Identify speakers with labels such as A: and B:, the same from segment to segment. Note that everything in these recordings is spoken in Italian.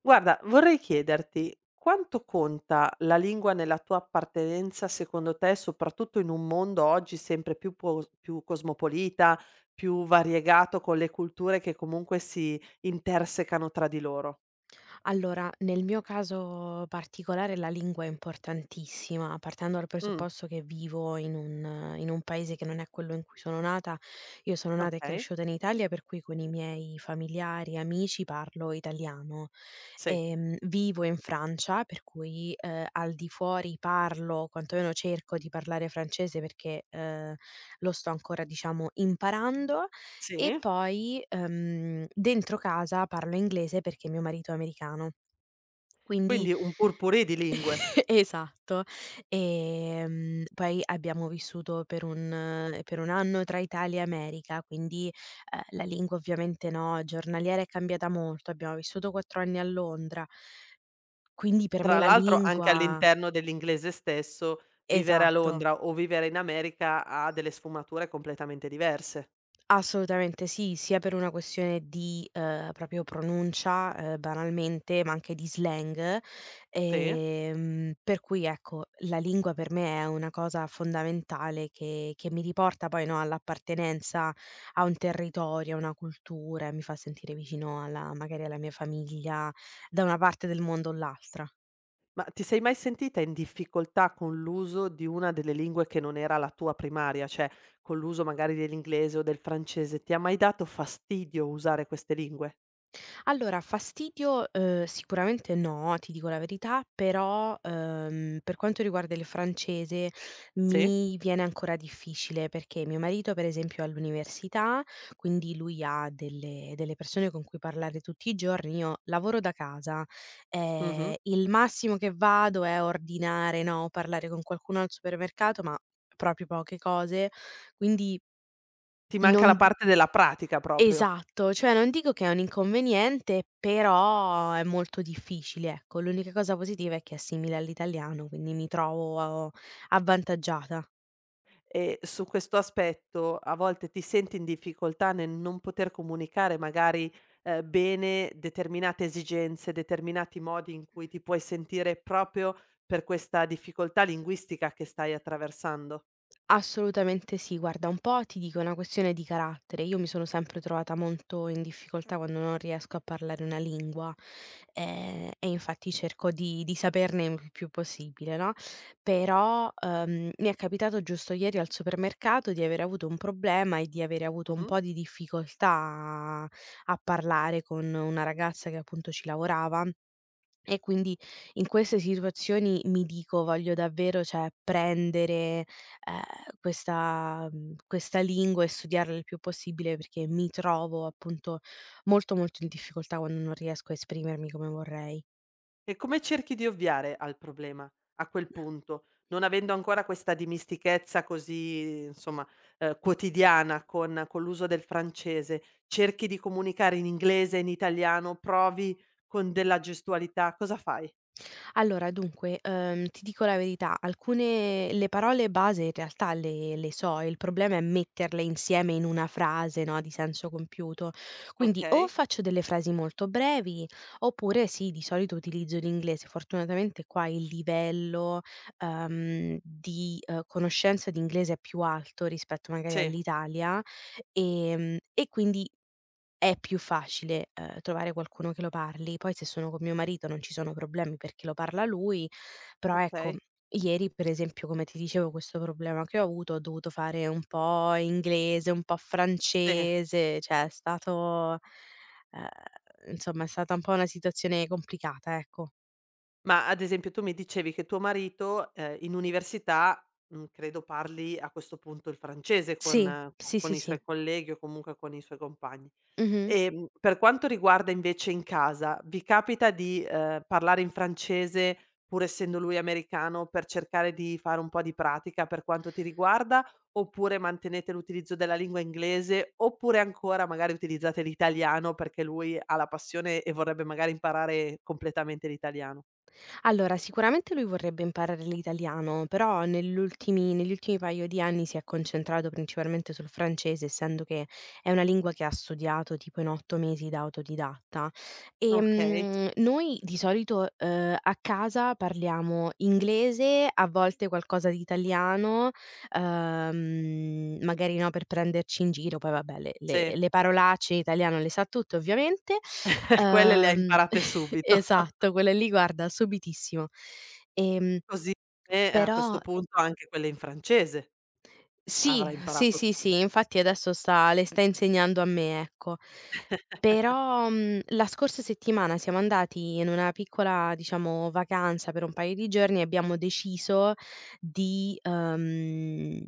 A: Guarda, vorrei chiederti quanto conta la lingua nella tua appartenenza secondo te, soprattutto in un mondo oggi sempre più pos più cosmopolita, più variegato, con le culture che comunque si intersecano tra di loro?
B: Allora, nel mio caso particolare la lingua è importantissima, partendo dal
A: Mh,
B: presupposto che vivo in un paese che non è quello in cui sono nata. Io sono nata e
A: okay.
B: cresciuta in Italia, per cui con i miei familiari, amici parlo italiano.
A: Sì.
B: Vivo in Francia, per cui, al di fuori parlo, quantomeno cerco di parlare francese perché, lo sto ancora, diciamo, imparando e
A: Sì.
B: poi, dentro casa parlo inglese perché mio marito è americano. Quindi
A: Quindi un pot-pourri di lingue.
B: esatto. Poi abbiamo vissuto per un per 1 anno tra Italia e America, quindi, la lingua ovviamente, no, giornaliera è cambiata molto. Abbiamo vissuto 4 anni a Londra, quindi per me
A: Tra
B: la
A: l'altro anche
B: lingua.
A: all'interno dell'inglese stesso, vivere a
B: Esatto.
A: Londra o vivere in America ha delle sfumature completamente diverse.
B: Assolutamente sì, sia per una questione di, proprio pronuncia, banalmente, ma anche di slang,
A: Sì.
B: per cui ecco, la lingua per me è una cosa fondamentale che mi riporta poi, no, all'appartenenza a un territorio, a una cultura e mi fa sentire vicino alla magari alla mia famiglia, da una parte del mondo o l'altra.
A: Ma ti sei mai sentita in difficoltà con l'uso di una delle lingue che non era la tua primaria? Cioè, con l'uso magari dell'inglese o del francese, ti ha mai dato fastidio usare queste lingue?
B: Allora, fastidio, sicuramente no, ti dico la verità, però, per quanto riguarda il francese
A: Sì?
B: mi viene ancora difficile, perché mio marito per esempio è all'università, quindi lui ha delle persone con cui parlare tutti i giorni, io lavoro da casa,
A: Mh-mh.
B: il massimo che vado è ordinare, no, parlare con qualcuno al supermercato, ma proprio poche cose, quindi
A: Ti manca
B: non.
A: la parte della pratica proprio.
B: Esatto, cioè non dico che è un inconveniente, però è molto difficile, ecco. L'unica cosa positiva è che è simile all'italiano, quindi mi trovo avvantaggiata.
A: E su questo aspetto a volte ti senti in difficoltà nel non poter comunicare magari, bene determinate esigenze, determinati modi in cui ti puoi sentire proprio per questa difficoltà linguistica che stai attraversando?
B: Assolutamente sì. Guarda, un po' ti dico, è una questione di carattere. Io mi sono sempre trovata molto in difficoltà quando non riesco a parlare una lingua, e infatti cerco di saperne il più possibile, no, però, mi è capitato giusto ieri al supermercato di avere avuto un problema e di avere avuto un
A: Mh-mh.
B: po' di difficoltà a a parlare con una ragazza che appunto ci lavorava. E quindi in queste situazioni mi dico: "Voglio davvero, cioè, prendere, ehm, questa lingua e studiarla il più possibile", perché mi trovo appunto molto, molto in difficoltà quando non riesco a esprimermi come vorrei.
A: E come cerchi di ovviare al problema a quel punto? Non avendo ancora questa dimistichezza così, insomma, quotidiana con l'uso del francese, cerchi di comunicare in inglese, in italiano, provi con della gestualità, cosa fai?
B: Allora dunque, ti dico la verità, alcune le parole base in realtà le so, il problema è metterle insieme in una frase, no, di senso compiuto. Quindi o
A: Okay,
B: faccio delle frasi molto brevi, oppure sì, di solito utilizzo l'inglese. Fortunatamente qua il livello, di, conoscenza di inglese è più alto rispetto magari
A: sì,
B: all'Italia, e quindi è più facile, trovare qualcuno che lo parli. Poi se sono con mio marito non ci sono problemi perché lo parla lui, però ecco,
A: okay,
B: ieri per esempio, come ti dicevo, questo problema che ho avuto, ho dovuto fare un po' inglese, un po'
A: sì.
B: francese, cioè è stato ehm, insomma è stata un po' una situazione complicata, ecco.
A: Ma ad esempio tu mi dicevi che tuo marito, in università, mhmm, credo parli a questo punto il francese
B: Sì,
A: con co
B: sì,
A: con
B: sì,
A: i suoi
B: sì.
A: colleghi o comunque con i suoi compagni.
B: Mh-mh.
A: Per quanto riguarda invece in casa, vi capita di, parlare in francese, pur essendo lui americano, per cercare di fare un po' di pratica per quanto ti riguarda, oppure mantenete l'utilizzo della lingua inglese, oppure ancora magari utilizzate l'italiano perché lui ha la passione e vorrebbe magari imparare completamente l'italiano?
B: Allora, sicuramente lui vorrebbe imparare l'italiano, però negli ultimi paio di anni si è concentrato principalmente sul francese, essendo che è una lingua che ha studiato tipo in 8 mesi da autodidatta.
A: Okay,
B: Noi di solito, a casa parliamo inglese, a volte qualcosa di italiano, magari, no, per prenderci in giro, poi vabbè le le
A: sì,
B: le parolacce, in italiano le sa tutte ovviamente.
A: quelle le ha
B: Ehm,
A: imparate subito.
B: esatto, quella lì guarda subitissimo. Ehm,
A: Così, e a
B: però
A: questo punto anche quelle in francese
B: sì,
A: avrai
B: sì,
A: imparato
B: sì, sì,
A: subito.
B: infatti adesso sta le sta insegnando a me, ecco. Però, la scorsa settimana siamo andati in una piccola, diciamo, vacanza per un paio di giorni e abbiamo deciso di,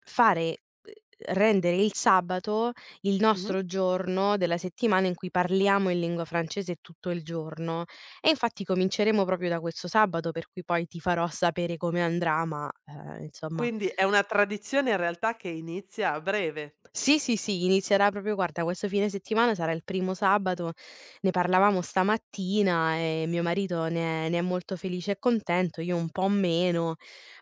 B: fare uhm, rendere il sabato il
A: Mh-mh.
B: nostro giorno della settimana in cui parliamo in lingua francese tutto il giorno. E infatti cominceremo proprio da questo sabato, per cui poi ti farò sapere come andrà, ma, insomma
A: Quindi è una tradizione in realtà che inizia a breve,
B: sì, sì, sì, inizierà proprio guarda questo fine settimana sarà il primo sabato, ne parlavamo stamattina e mio marito ne è molto felice e contento, io un po' meno,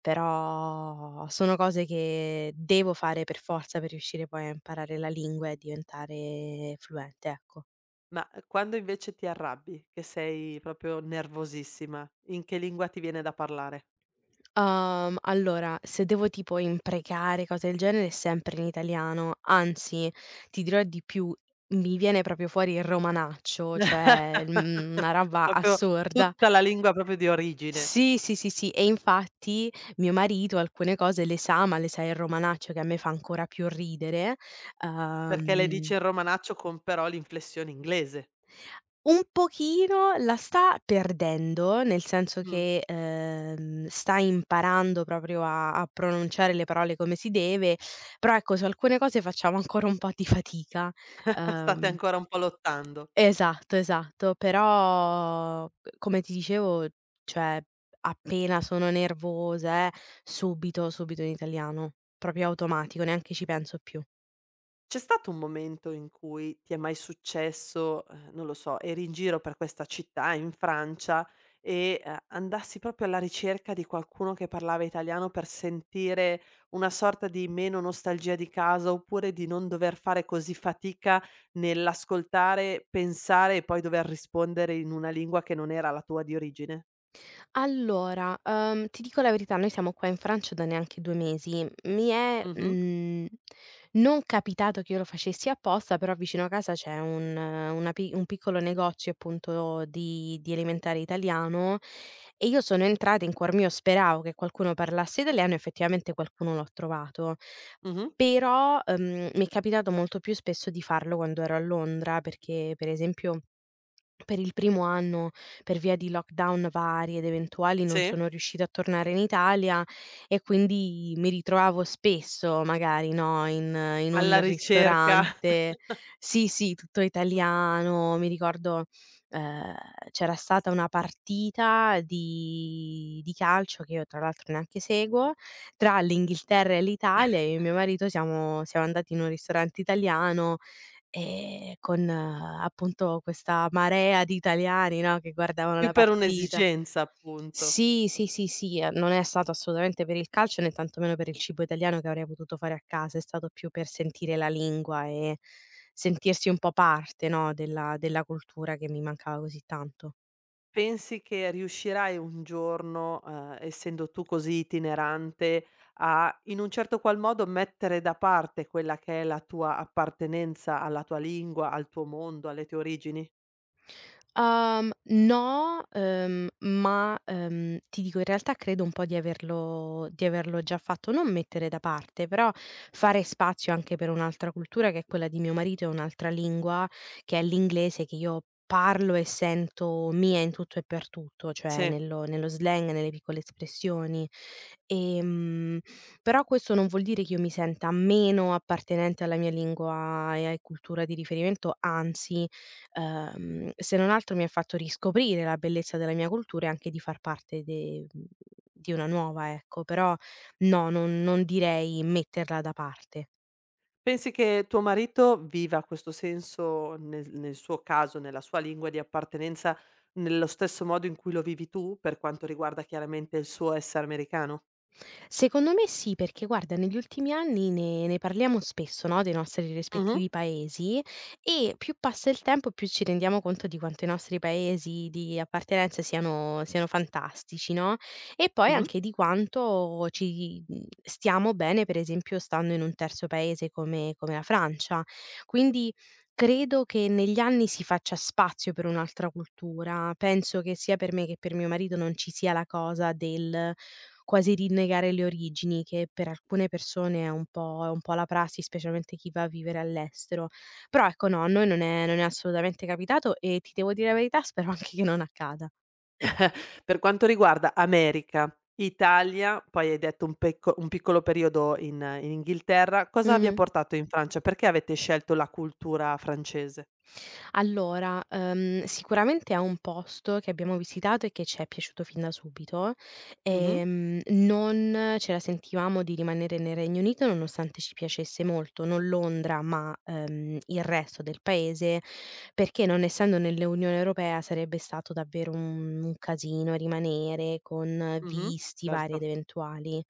B: però sono cose che devo fare per forza per riuscire poi a imparare la lingua e diventare fluente, ecco.
A: ma quando invece ti arrabbi, che sei proprio nervosissima, in che lingua ti viene da parlare?
B: Allora, se devo tipo imprecare, cose del genere, sempre in italiano, anzi, ti dirò di più, mi viene proprio fuori il romanaccio, cioè, una roba
A: Proprio
B: assurda.
A: tutta la lingua proprio di origine,
B: Sì, sì, sì, sì, e infatti mio marito alcune cose le sa, ma le sa in romanaccio che a me fa ancora più ridere.
A: perché le
B: uhm
A: dici in romanaccio con però l'inflessione inglese.
B: Un pochino la sta perdendo, nel senso
A: Mh.
B: che, sta imparando proprio a pronunciare le parole come si deve, però ecco, su alcune cose facciamo ancora un po' di fatica.
A: State
B: Ehm
A: ancora un po' lottando.
B: esatto esatto, però come ti dicevo, cioè appena sono nervosa, subito, subito in italiano, proprio automatico, neanche ci penso più.
A: C'è stato un momento in cui ti è mai successo, non lo so, eri in giro per questa città in Francia e, andassi proprio alla ricerca di qualcuno che parlava italiano per sentire una sorta di meno nostalgia di casa, oppure di non dover fare così fatica nell'ascoltare, pensare e poi dover rispondere in una lingua che non era la tua di origine?
B: Allora, ti dico la verità, noi siamo qua in Francia da neanche 2 mesi. Mi è,
A: Mh-mh,
B: non capitato che io lo facessi apposta, però vicino a casa c'è un una pi un piccolo negozio appunto di elementare italiano e io sono entrata, in cuor mio speravo che qualcuno parlasse italiano, effettivamente qualcuno l'ho trovato.
A: mh-mh,
B: Però, mi è capitato molto più spesso di farlo quando ero a Londra perché, per esempio per il primo anno, per via di lockdown vari ed eventuali, non
A: sì,
B: sono riuscita a tornare in Italia e quindi mi ritrovavo spesso magari, no, in
A: alla
B: un
A: ricerca
B: ristorante. Sì, sì, tutto italiano. Mi ricordo, ehm, c'era stata una partita di calcio, che io tra l'altro neanche seguo, tra l'Inghilterra e l'Italia e io e mio marito siamo andati in un ristorante italiano. Con appunto questa marea di italiani, no, che guardavano
A: più
B: la
A: per
B: partita.
A: un'esigenza appunto.
B: Sì, sì, sì, sì, non è stato assolutamente per il calcio, né tantomeno per il cibo italiano che avrei potuto fare a casa, è stato più per sentire la lingua e sentirsi un po' parte, no, della cultura che mi mancava così tanto.
A: Pensi che riuscirai un giorno, essendo tu così itinerante, a in un certo qual modo mettere da parte quella che è la tua appartenenza alla tua lingua, al tuo mondo, alle tue origini?
B: No, ma, ti dico in realtà credo un po' di averlo già fatto, non mettere da parte, però fare spazio anche per un'altra cultura che è quella di mio marito e un'altra lingua che è l'inglese, che io parlo e sento mia in tutto e per tutto, cioè
A: Sì.
B: nello slang, nelle piccole espressioni. Ehm, Però questo non vuol dire che io mi senta meno appartenente alla mia lingua e ai cultura di riferimento, anzi. Se non altro mi ha fatto riscoprire la bellezza della mia cultura e anche di far parte di una nuova, ecco, però no, non direi metterla da parte.
A: Pensi che tuo marito viva questo senso nel suo caso, nella sua lingua di appartenenza, nello stesso modo in cui lo vivi tu, per quanto riguarda chiaramente il suo essere americano?
B: Secondo me sì, perché guarda negli ultimi anni ne parliamo spesso, no, dei nostri
A: Mh-mh.
B: rispettivi paesi e più passa il tempo, più ci rendiamo conto di quanto i nostri paesi di appartenenza siano fantastici, no, e poi
A: Mh-mh.
B: anche di quanto ci stiamo bene, per esempio, stando in un terzo paese come la Francia. Quindi credo che negli anni si faccia spazio per un'altra cultura. Penso che sia per me che per mio marito non ci sia la cosa del quasi rinnegare le origini, che per alcune persone è un po' la prassi, specialmente chi va a vivere all'estero. Però ecco no, a noi non è assolutamente capitato e ti devo dire la verità, spero anche che non accada.
A: Per quanto riguarda America, Italia, poi hai detto un piccolo periodo in Inghilterra, cosa vi ha
B: Mh-mh.
A: portato in Francia? Perché avete scelto la cultura francese?
B: Allora, sicuramente è un posto che abbiamo visitato e che ci è piaciuto fin da subito.
A: Mh-mh,
B: Non ce la sentivamo di rimanere nel Regno Unito nonostante ci piacesse molto, non Londra, ma, il resto del paese, perché non essendo nell'Unione Europea sarebbe stato davvero un casino rimanere con
A: mh-mh,
B: visti vari
A: certo.
B: ed eventuali.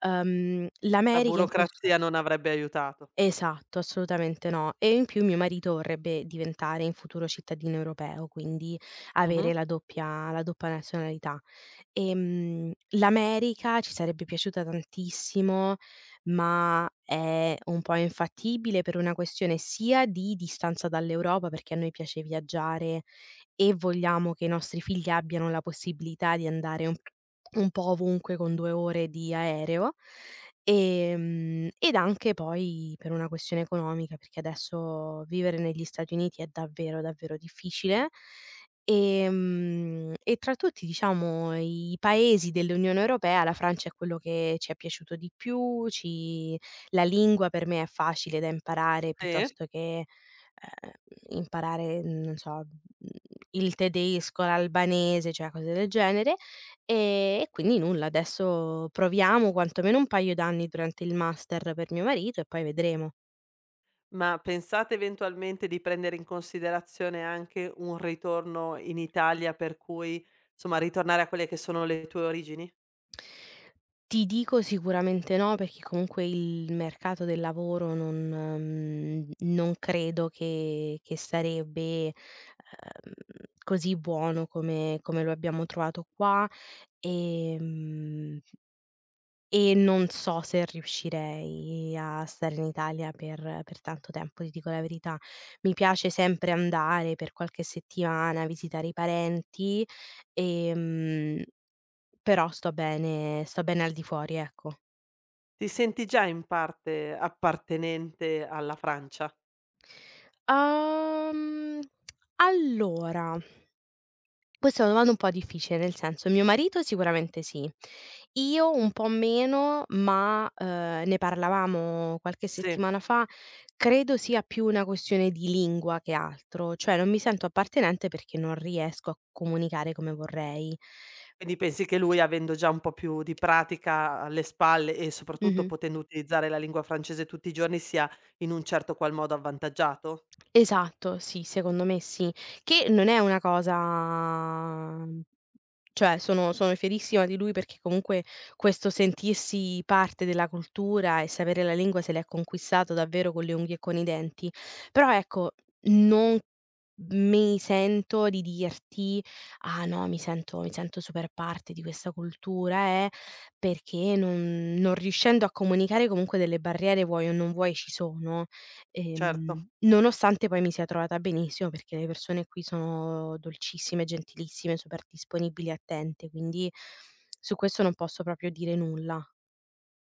A: La
B: L'America in ques.
A: burocrazia non avrebbe aiutato.
B: Esatto, assolutamente no. E in più mio marito vorrebbe diventare in futuro cittadino europeo, quindi
A: Mh-mh,
B: avere la doppia nazionalità. L'America ci sarebbe piaciuta tantissimo, ma è un po' infattibile per una questione sia di distanza dall'Europa, perché a noi piace viaggiare e vogliamo che i nostri figli abbiano la possibilità di andare un po' ovunque con 2 ore di aereo. Ed anche poi per una questione economica, perché adesso vivere negli Stati Uniti è davvero, davvero difficile. E tra tutti, diciamo, i paesi dell'Unione Europea, la Francia è quello che ci è piaciuto di più, ci la lingua per me è facile da imparare
A: sì.
B: piuttosto che, ehm, imparare, non so, mhmm, il tedesco, l'albanese, cioè cose del genere. E quindi nulla, adesso proviamo quantomeno un paio d'anni durante il master per mio marito e poi vedremo.
A: Ma pensate eventualmente di prendere in considerazione anche un ritorno in Italia, per cui, insomma, ritornare a quelle che sono le tue origini?
B: Ti dico sicuramente no, perché comunque il mercato del lavoro non credo che sarebbe, così buono come lo abbiamo trovato qua. ehm E non so se riuscirei a stare in Italia per tanto tempo, ti dico la verità. Mi piace sempre andare per qualche settimana, a visitare i parenti, ehm, però sto bene al di fuori, ecco.
A: Ti senti già in parte appartenente alla Francia?
B: Uhm, allora, questa è una domanda un po' difficile, nel senso mio marito sicuramente sì. Io un po' meno, ma, ne parlavamo qualche
A: Sì.
B: settimana fa, credo sia più una questione di lingua che altro, cioè non mi sento appartenente perché non riesco a comunicare come vorrei.
A: Quindi pensi che lui, avendo già un po' più di pratica alle spalle e soprattutto
B: Mh-mh.
A: potendo utilizzare la lingua francese tutti i giorni, sia in un certo qual modo avvantaggiato?
B: Esatto, sì, secondo me sì. Che non è una cosa cioè sono fierissima di lui perché comunque questo sentirsi parte della cultura e sapere la lingua se l'è conquistato davvero con le unghie e con i denti. Però ecco, non mi sento di dirti: "Ah no, mi sento super parte di questa cultura, perché non riuscendo a comunicare comunque delle barriere, vuoi o non vuoi, ci sono.
A: Certo.
B: Nonostante poi mi sia trovata benissimo, perché le persone qui sono dolcissime, gentilissime, super disponibili e attente, quindi su questo non posso proprio dire nulla.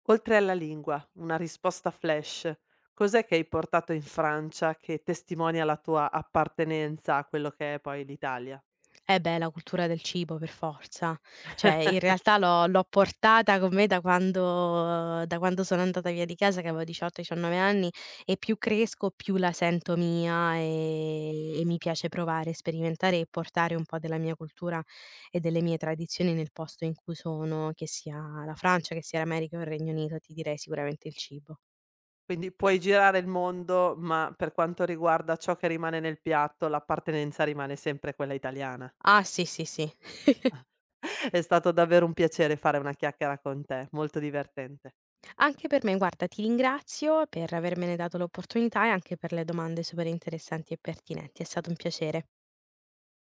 A: Oltre alla lingua, una risposta flash, cos'è che hai portato in Francia che testimonia la tua appartenenza a quello che è poi l'Italia?
B: Eh beh, la cultura del cibo per forza. Cioè in realtà l'ho portata con me da quando sono andata via di casa che avevo 18, 19 anni e più cresco più la sento mia, e mi piace provare, sperimentare e portare un po' della mia cultura e delle mie tradizioni nel posto in cui sono, che sia la Francia, che sia l'America o il Regno Unito, ti direi sicuramente il cibo.
A: Quindi puoi girare il mondo, ma per quanto riguarda ciò che rimane nel piatto, l'appartenenza rimane sempre quella italiana.
B: Ah sì, sì, sì.
A: È stato davvero un piacere fare una chiacchiera con te, molto divertente.
B: Anche per me, guarda, ti ringrazio per avermene dato l'opportunità e anche per le domande super interessanti e pertinenti. È stato un piacere.